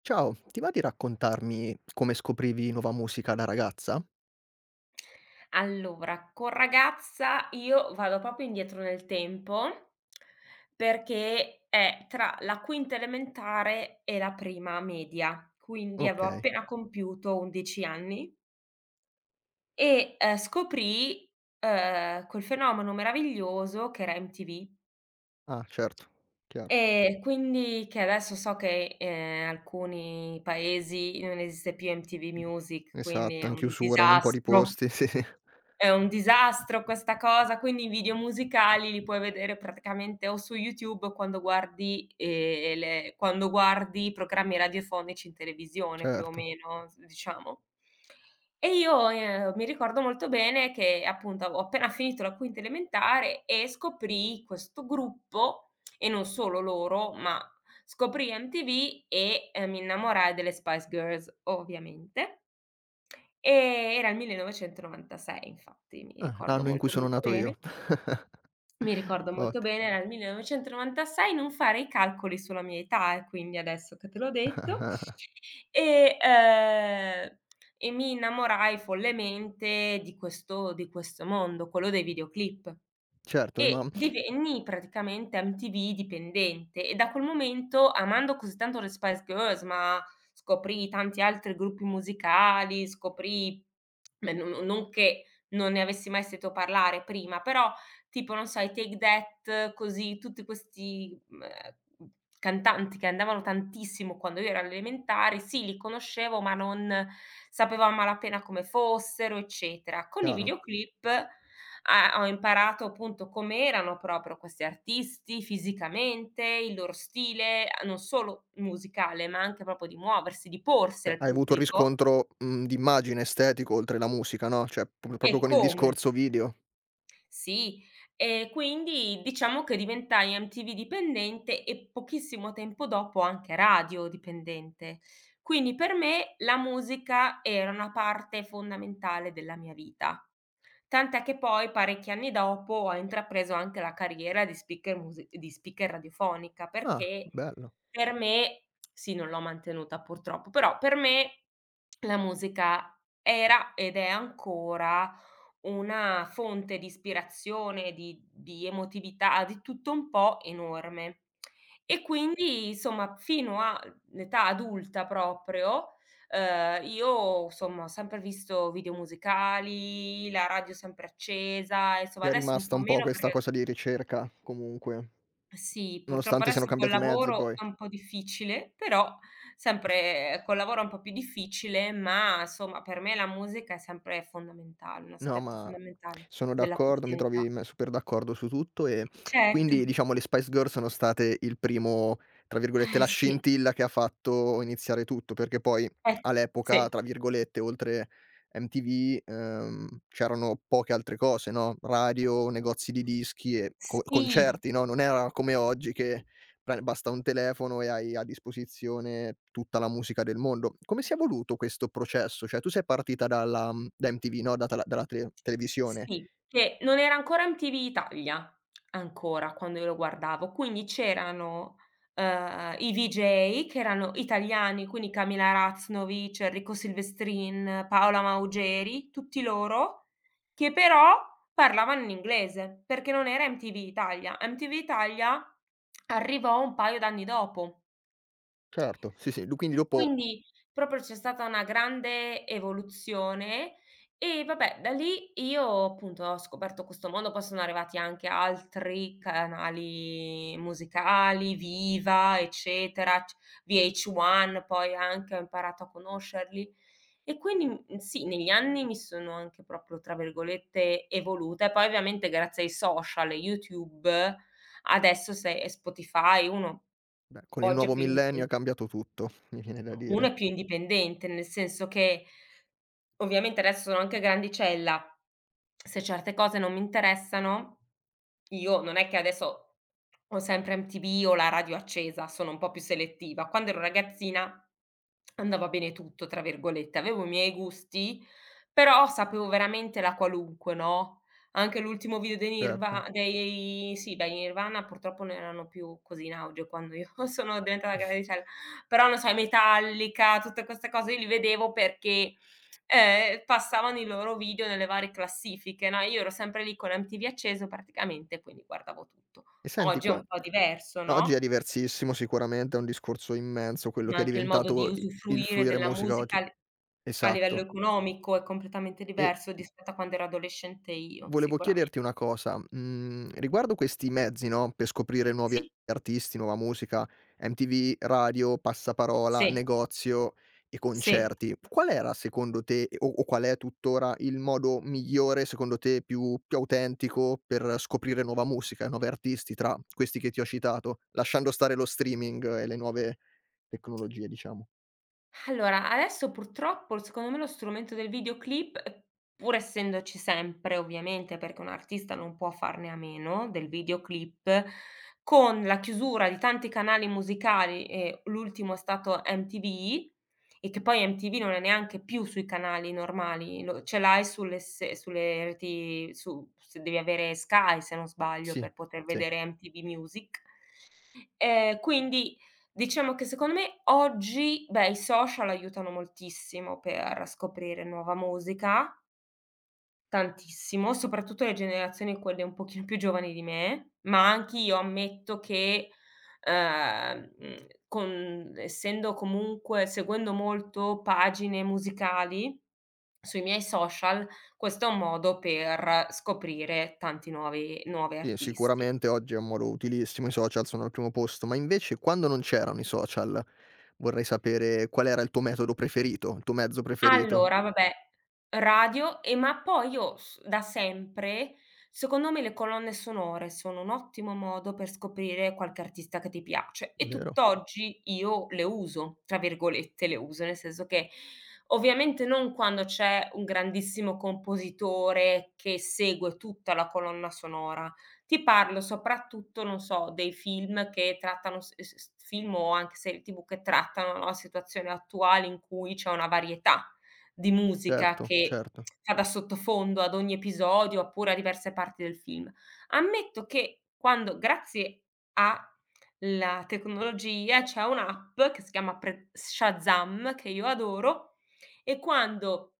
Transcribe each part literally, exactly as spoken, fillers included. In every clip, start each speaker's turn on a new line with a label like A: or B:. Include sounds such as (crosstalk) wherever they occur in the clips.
A: Ciao, ti va di raccontarmi come scoprivi nuova musica da ragazza?
B: Allora, con ragazza io vado proprio indietro nel tempo, perché è tra la quinta elementare e la prima media, quindi avevo
A: Okay.
B: appena compiuto undici anni e, ehm, scoprii, ehm, quel fenomeno meraviglioso che era M T V.
A: Ah, certo, chiaro.
B: E quindi, che adesso so che, ehm, alcuni paesi non esiste più M T V Music, quindi
A: Esatto,
B: è
A: in
B: un
A: chiusura in un po' di
B: disastro.
A: posti, (laughs) sì,
B: È un disastro questa cosa, quindi i video musicali li puoi vedere praticamente o su YouTube o quando guardi, ehm, le quando guardi i programmi radiofonici in televisione più o
A: certo.
B: meno, s diciamo. E io, ehm, mi ricordo molto bene che appunto avevo appena finito la quinta elementare e scoprii questo gruppo, e non solo loro, ma scoprii M T V e, ehm, mi innamorai delle Spice Girls, ovviamente. Ehm, era il millenovecentonovantasei, infatti, mi
A: Ah,
B: ricordo
A: l'anno in cui
B: molto,
A: sono
B: molto
A: nato io.
B: bene.
A: (laughs)
B: Mi ricordo molto
A: Otti.
B: bene, era il millenovecentonovantasei, non fare i calcoli sulla mia età, e quindi adesso che te l'ho detto. E, ehm, e mi innamorai follemente di questo di questo mondo, quello dei videoclip.
A: Certo, i
B: E
A: mam
B: divenni praticamente M T V dipendente e da quel momento, amando così tanto le Spice Girls, ma scoprì tanti altri gruppi musicali. Scoprì Beh, no, no, non che non ne avessi mai sentito parlare prima, però tipo, non so, i Take That, così, tutti questi, mhmm, cantanti che andavano tantissimo quando io ero alle elementari, sì, li conoscevo, ma non sapevo, a malapena come fossero, eccetera. Con i
A: chiaro.
B: videoclip, a ho imparato appunto com'erano proprio questi artisti fisicamente, il loro stile, a non solo musicale, ma anche proprio di muoversi, di porsi
A: Cioè,
B: al
A: hai avuto un
B: pubblico
A: riscontro, mhmm, di immagine, estetico, oltre la musica, no, cioè, p proprio
B: e
A: con il
B: come.
A: discorso video.
B: Sì, e quindi diciamo che diventai M T V dipendente e pochissimo tempo dopo anche radio dipendente. Quindi per me la musica era una parte fondamentale della mia vita. Tant'è che poi parecchi anni dopo ho intrapreso anche la carriera di speaker musi di speaker radiofonica,
A: Ah,
B: perché
A: bello.
B: per me sì, non l'ho mantenuta purtroppo, però per me la musica era ed è ancora una fonte di ispirazione, di di emotività, di tutto un po', enorme. E quindi insomma fino all'età adulta proprio, ehm, io insomma ho sempre visto video musicali, la radio sempre accesa, insomma
A: Ti è
B: adesso un
A: rimasta
B: po'
A: un po'
B: meno
A: questa
B: perché
A: cosa di ricerca, comunque,
B: sì, purtroppo
A: nonostante siano
B: adesso col
A: cambiati i mezzi
B: lavoro
A: poi.
B: è un po' difficile, però sempre eh, col lavoro è un po' più difficile, ma insomma per me la musica è sempre fondamentale, un
A: No,
B: aspetto
A: ma
B: fondamentale
A: sono
B: della
A: d'accordo, mi
B: quotidianità.
A: trovi me super d'accordo su tutto e
B: Certo.
A: quindi diciamo le Spice Girls sono state il primo, tra virgolette,
B: Eh
A: "la
B: sì,
A: scintilla" che ha fatto iniziare tutto, perché poi
B: eh sì,
A: all'epoca, tra virgolette, oltre M T V, ehm, c'erano poche altre cose, no, radio, negozi di dischi e co
B: sì.
A: concerti, no, non era come oggi che beh, basta un telefono e hai a disposizione tutta la musica del mondo. Come si è evoluto questo processo? Cioè tu sei partita dalla mhmm, da M T V, no, da tala dalla tele televisione.
B: Sì, che non era ancora M T V Italia, ancora, quando io lo guardavo, quindi c'erano, uhm, i V J che erano italiani, quindi Camila Raznovic, Enrico Silvestrin, Paola Maugeri, tutti loro, che però parlavano in inglese, perché non era M T V Italia. M T V Italia arrivò un paio d'anni dopo.
A: Certo, sì, sì, du quindi dopo,
B: Quindi proprio c'è stata una grande evoluzione e vabbè, da lì io appunto ho scoperto questo mondo, poi sono arrivati anche altri canali musicali, Viva, eccetera, c V H uno, poi anche ho imparato a conoscerli. E quindi, mhmm, sì, negli anni mi sono anche proprio, tra virgolette, "evoluta", e poi ovviamente grazie ai social e YouTube adesso se e Spotify, uno
A: beh, con il
B: oggi è
A: nuovo
B: più indipen
A: millennio è cambiato tutto, (laughs) mi viene da
B: uno è
A: dire.
B: più indipendente, nel senso che ovviamente adesso sono anche grandicella, se certe cose non mi interessano, io non è che adesso ho sempre M T V o la radio accesa, sono un po' più selettiva. Quando ero ragazzina andava bene tutto, tra virgolette, avevo i miei gusti, però sapevo veramente la qualunque, no, anche l'ultimo video dei
A: Certo.
B: Nirva dei sì, dai Nirvana, purtroppo non erano più così in auge quando io (laughs) sono diventata grandicella, però non sai, Metallica, tutte queste cose io li vedevo perché, ehm, passavano i loro video nelle varie classifiche, no, e io ero sempre lì con M T V acceso praticamente, quindi guardavo tutto.
A: E senti
B: Oggi è
A: qua
B: un po' diverso,
A: oggi è
B: no,
A: diversissimo sicuramente, è un discorso immenso quello
B: ma
A: che è
B: anche il modo di
A: diventato i il
B: usufruire
A: fruire
B: della
A: musica oggi.
B: musica a li a livello
A: Esatto.
B: economico è completamente
A: E
B: diverso rispetto a quando ero adolescente io,
A: volevo
B: sicuramen
A: chiederti una cosa, mhmm, riguardo questi mezzi, no, per scoprire nuovi
B: sì,
A: artisti, nuova musica, M T V, radio, passaparola,
B: sì,
A: negozio e
B: sì.
A: concerti, qual era secondo te o o qual è tuttora il modo migliore, secondo te, più più autentico per scoprire nuova musica e nuovi artisti tra questi che ti ho citato, lasciando stare lo streaming e le nuove tecnologie, diciamo?
B: Allora, adesso purtroppo, secondo me, lo strumento del videoclip, ehm, pur essendoci sempre ovviamente, perché un artista non può farne a meno del videoclip, con la chiusura di tanti canali musicali e l'ultimo è stato M T V, e che poi M T V non è neanche più sui canali normali, lo ce l'hai sulle s sulle reti, su se devi avere Sky, se non sbaglio,
A: Sì,
B: per poter
A: sì.
B: vedere M T V Music. Ehm, quindi diciamo che secondo me oggi, beh, i social aiutano moltissimo per scoprire nuova musica, tantissimo, soprattutto le generazioni quelle un pochino più giovani di me, ma anch'io ammetto che, ehm, mhmm, con essendo comunque seguendo molto pagine musicali sui miei social, questo è un modo per scoprire tanti nuovi nuovi
A: Sì,
B: artisti.
A: sicuramente oggi è un modo utilissimo, i social sono al primo posto, ma invece quando non c'erano i social, vorrei sapere qual era il tuo metodo preferito, il tuo mezzo preferito,
B: Allora vabbè, radio e ma poi io s da sempre, secondo me le colonne sonore sono un ottimo modo per scoprire qualche artista che ti piace e
A: vero?
B: tutt'oggi io "le uso", tra virgolette "le uso", nel senso che ovviamente non quando c'è un grandissimo compositore che segue tutta la colonna sonora. Ti parlo soprattutto, non so, dei film che trattano s s film o anche serie T V che trattano, no, situazioni attuali in cui c'è una varietà di musica
A: Certo,
B: che
A: certo,
B: fa da sottofondo ad ogni episodio, oppure a diverse parti del film. Ammetto che quando grazie alla tecnologia c'è un'app che si chiama pre Shazam, che io adoro, e quando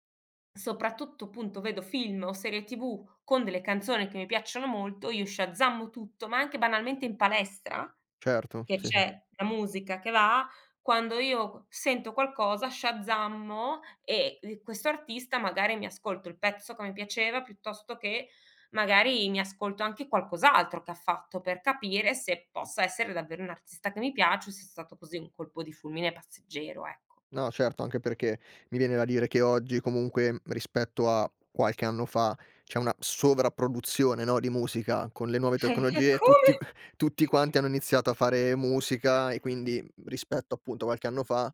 B: soprattutto appunto vedo film o serie T V con delle canzoni che mi piacciono molto, io shazammo tutto, ma anche banalmente in palestra,
A: certo,
B: che
A: sì, sì.
B: c'è la musica che va, quando io sento qualcosa, shazzammo e, ehm, questo artista magari mi ascolto il pezzo che mi piaceva, piuttosto che magari mi ascolto anche qualcos'altro che ha fatto, per capire se possa essere davvero un artista che mi piace o se è stato così un colpo di fulmine passeggero, ecco.
A: No, certo, anche perché mi viene da dire che oggi comunque rispetto a qualche anno fa c'è una sovrapproduzione, no, di musica con le nuove
B: (laughs) Eh,
A: tecnologie, tutti
B: come?
A: (laughs) tutti quanti hanno iniziato a fare musica e quindi rispetto appunto a qualche anno fa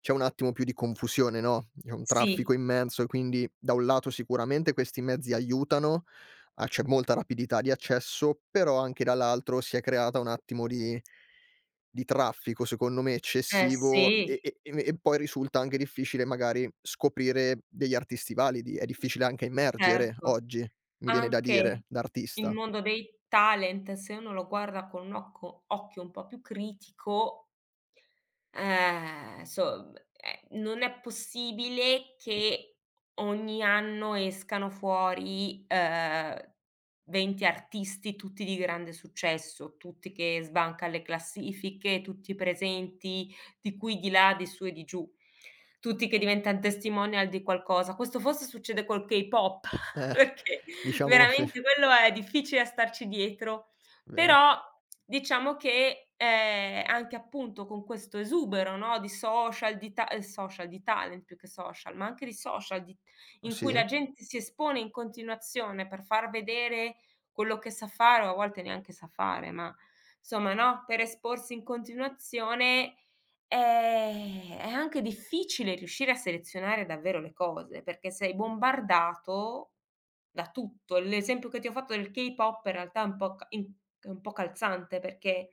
A: c'è un attimo più di confusione, no, c'è un traffico
B: Sì,
A: immenso e quindi da un lato sicuramente questi mezzi aiutano, ah, c'è molta rapidità di accesso, però anche dall'altro si è creata un attimo di di traffico secondo me
B: eh
A: eccessivo
B: sì,
A: e e e e poi risulta anche difficile magari scoprire degli artisti validi, è difficile anche emergere
B: certo.
A: oggi, mi viene da
B: Anche
A: dire, da
B: il
A: artista.
B: mondo dei talent, se uno lo guarda con un occo occhio un po' più critico. Ehm, insom ehm, non è possibile che ogni anno escano fuori, ehm, venti artisti tutti di grande successo, tutti che sbanca le classifiche, tutti presenti, di qui, di là, di su e di giù. Tutti che diventan testimonial di qualcosa. Questo forse succede col K-pop, (laughs)
A: Eh, (laughs)
B: perché
A: diciamo sì,
B: veramente quello è difficile a starci dietro,
A: vero.
B: però diciamo che, ehm, anche appunto con questo esubero, no, di social, di ta ehm, social, di talent più che social, ma anche di social di in cui
A: Sì,
B: la gente si espone in continuazione per far vedere quello che sa fare o a volte neanche sa fare, ma insomma, no, per esporsi in continuazione. Ehm, è anche difficile riuscire a selezionare davvero le cose, perché sei bombardato da tutto. L'esempio che ti ho fatto del K-pop in realtà è un po' ca in è un po' calzante, perché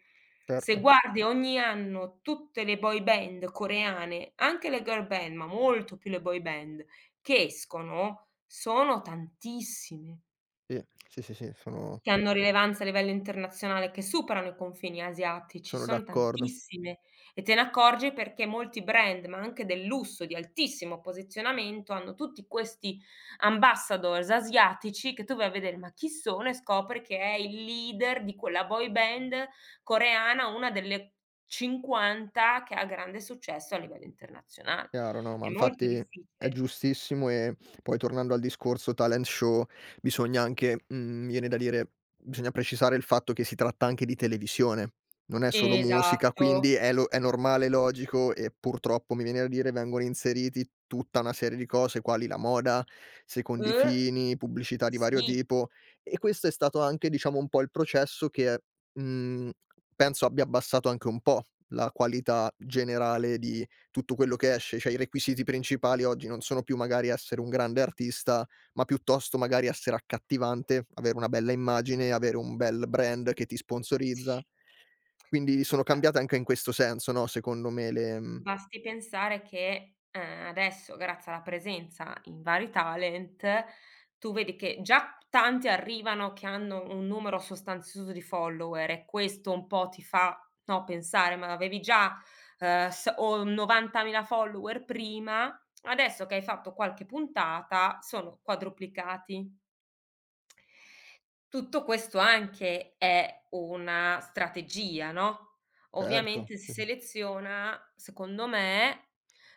B: se
A: certo.
B: guardi ogni anno tutte le boy band coreane, anche le girl band, ma molto più le boy band, che escono, sono tantissime.
A: Sì, sì, sì, sì, sono
B: Che hanno rilevanza a livello internazionale, che superano i confini asiatici,
A: sono
B: son
A: d'accordo.
B: tantissime, e te ne accorgi perché molti brand, ma anche del lusso di altissimo posizionamento, hanno tutti questi ambassadors asiatici che tu vai a vedere: "Ma chi sono?" E scopri che è il leader di quella boy band coreana, una delle cinquanta che ha grande successo a livello internazionale.
A: Chiaro, no, ma
B: È molto
A: infatti è
B: difficile.
A: giustissimo e poi tornando al discorso talent show bisogna anche mhmm, mi viene da dire, bisogna precisare il fatto che si tratta anche di televisione, non è solo musica, quindi
B: Esatto.
A: è lo è normale, logico e purtroppo mi viene da dire vengono inseriti tutta una serie di cose quali la moda, secondi
B: Eh,
A: fini, pubblicità di vario
B: sì.
A: tipo e questo è stato anche diciamo un po' il processo che, mhmm, penso abbia abbassato anche un po' la qualità generale di tutto quello che esce, cioè i requisiti principali oggi non sono più magari essere un grande artista, ma piuttosto magari essere accattivante, avere una bella immagine, avere un bel brand che ti sponsorizza.
B: Sì.
A: Quindi sono
B: Ma
A: cambiate anche in questo senso, no, secondo me le mhmm
B: basti pensare che, ehm, adesso grazie alla presenza in vari talent, tu vedi che già tanti arrivano che hanno un numero sostanzioso di follower e questo un po' ti fa, no, pensare: "Ma avevi già, ehm, s o novantamila follower prima, adesso che hai fatto qualche puntata sono quadruplicati". Tutto questo anche è una strategia, no,
A: certo,
B: ovviamente si
A: sì, sì.
B: seleziona, secondo me,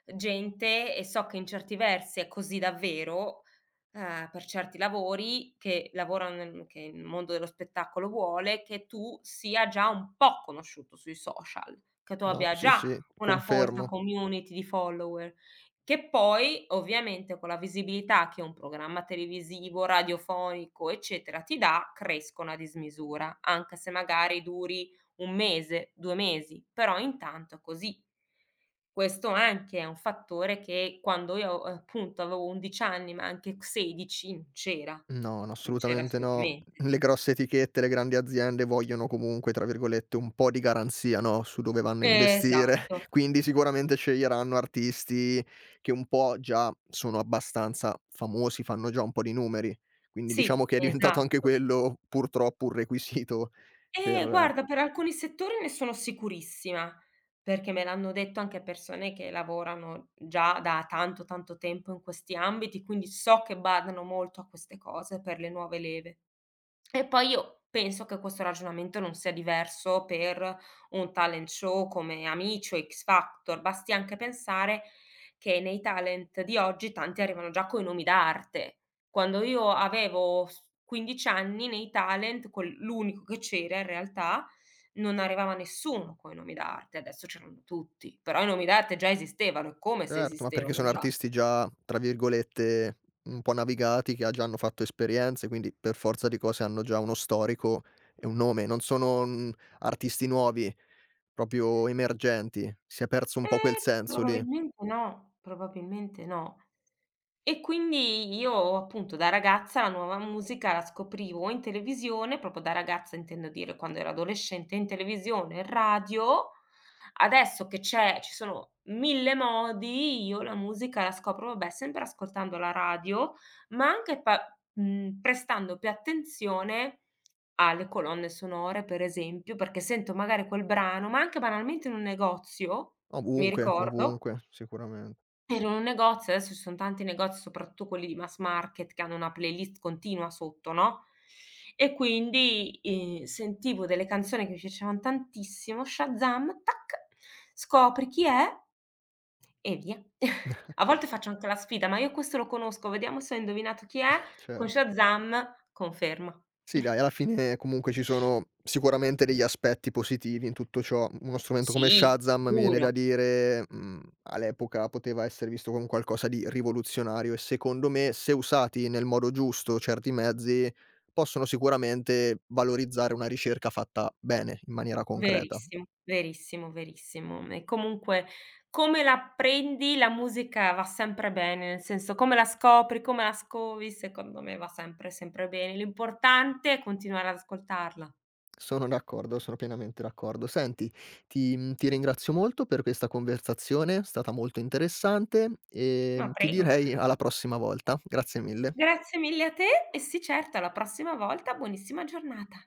B: gente, e so che in certi versi è così davvero, ehm, per certi lavori che lavorano nel che il mondo dello spettacolo vuole che tu sia già un po' conosciuto sui social, che tu
A: No,
B: abbia
A: sì,
B: già
A: sì,
B: una folta
A: confermo.
B: community di follower. Che poi, ovviamente, con la visibilità che un programma televisivo, radiofonico, eccetera, ti dà, crescono a dismisura, anche se magari duri un mese, due mesi, però intanto è così. Questo anche è un fattore che quando io, eh, appunto, avevo undici anni, ma anche sedici, non c'era,
A: No, no,
B: non c'era
A: assolutamente no.
B: assolutamente.
A: Le grosse etichette, le grandi aziende vogliono comunque, tra virgolette, un po' di garanzia, no, su dove vanno a investire.
B: Esatto,
A: (laughs) Quindi sicuramente sceglieranno artisti che un po' già sono abbastanza famosi, fanno già un po' di numeri. Quindi diciamo
B: sì,
A: che è diventato anche
B: esatto.
A: quello purtroppo un requisito
B: Eh,
A: per
B: guarda, per alcuni settori ne sono sicurissima, perché me l'hanno detto anche persone che lavorano già da tanto, tanto tempo in questi ambiti, quindi so che badano molto a queste cose per le nuove leve. E poi io penso che questo ragionamento non sia diverso per un talent show come Amici o X Factor, basti anche pensare che nei talent di oggi tanti arrivano già coi nomi d'arte. Quando io avevo s quindici anni nei talent, quel l'unico che c'era in realtà, non arrivava nessuno coi nomi d'arte, adesso c'erano tutti, però i nomi d'arte già esistevano, è come se
A: certo, ma perché
B: esistevano
A: sono
B: già.
A: artisti già, tra virgolette, un po' "navigati", che ha già hanno fatto esperienze, quindi per forza di cose hanno già uno storico e un nome. Non sono, mhmm, artisti nuovi, proprio emergenti. Si è perso un po' quel
B: Eh,
A: senso lì.
B: probabilmente no, probabilmente no. E quindi io appunto da ragazza la nuova musica la scoprivo o in televisione, proprio da ragazza intendo dire quando ero adolescente, in televisione, in radio. Adesso che c'è ci sono mille modi, io la musica la scopro, vabbè, sempre ascoltando la radio, ma anche pa mhmm, prestando più attenzione alle colonne sonore, per esempio, perché sento magari quel brano, ma anche banalmente in un negozio, mi
A: Ovunque,
B: ricordo.
A: ovunque, sicuramen
B: Ero in un negozio, adesso ci son tanti negozi, soprattutto quelli di mass market, che hanno una playlist continua sotto, no, e quindi, ehm, sentivo delle canzoni che mi piacevan tantissimo, Shazam, tac, scopri chi è e via. (laughs)
A: (laughs)
B: A volte faccio anche la sfida: "Ma io questo lo conosco, vediamo se ho indovinato chi è." Con
A: certo.
B: Shazam conferma.
A: Sì dai, alla fine comunque ci sono sicuramente degli aspetti positivi in tutto ciò. Uno strumento come
B: Sì,
A: Shazam, mi viene da
B: sicuro.
A: dire, mhmm, all'epoca poteva essere visto come un qualcosa di rivoluzionario e secondo me, se usati nel modo giusto, certi mezzi possono sicuramente valorizzare una ricerca fatta bene, in maniera concreta.
B: Verissimo, verissimo, verissimo. E comunque come la prendi la musica va sempre bene, nel senso come la scopri, come la scovi, secondo me va sempre, sempre bene. L'importante è continuare ad ascoltarla.
A: Sono d'accordo, sono pienamente d'accordo. Senti, ti mhmm, ti ringrazio molto per questa conversazione, è stata molto interessante,
B: Ma
A: ehm, ti
B: prego.
A: direi alla prossima volta. Grazie mille.
B: Grazie mille a te e sì certo alla prossima volta, buonissima giornata.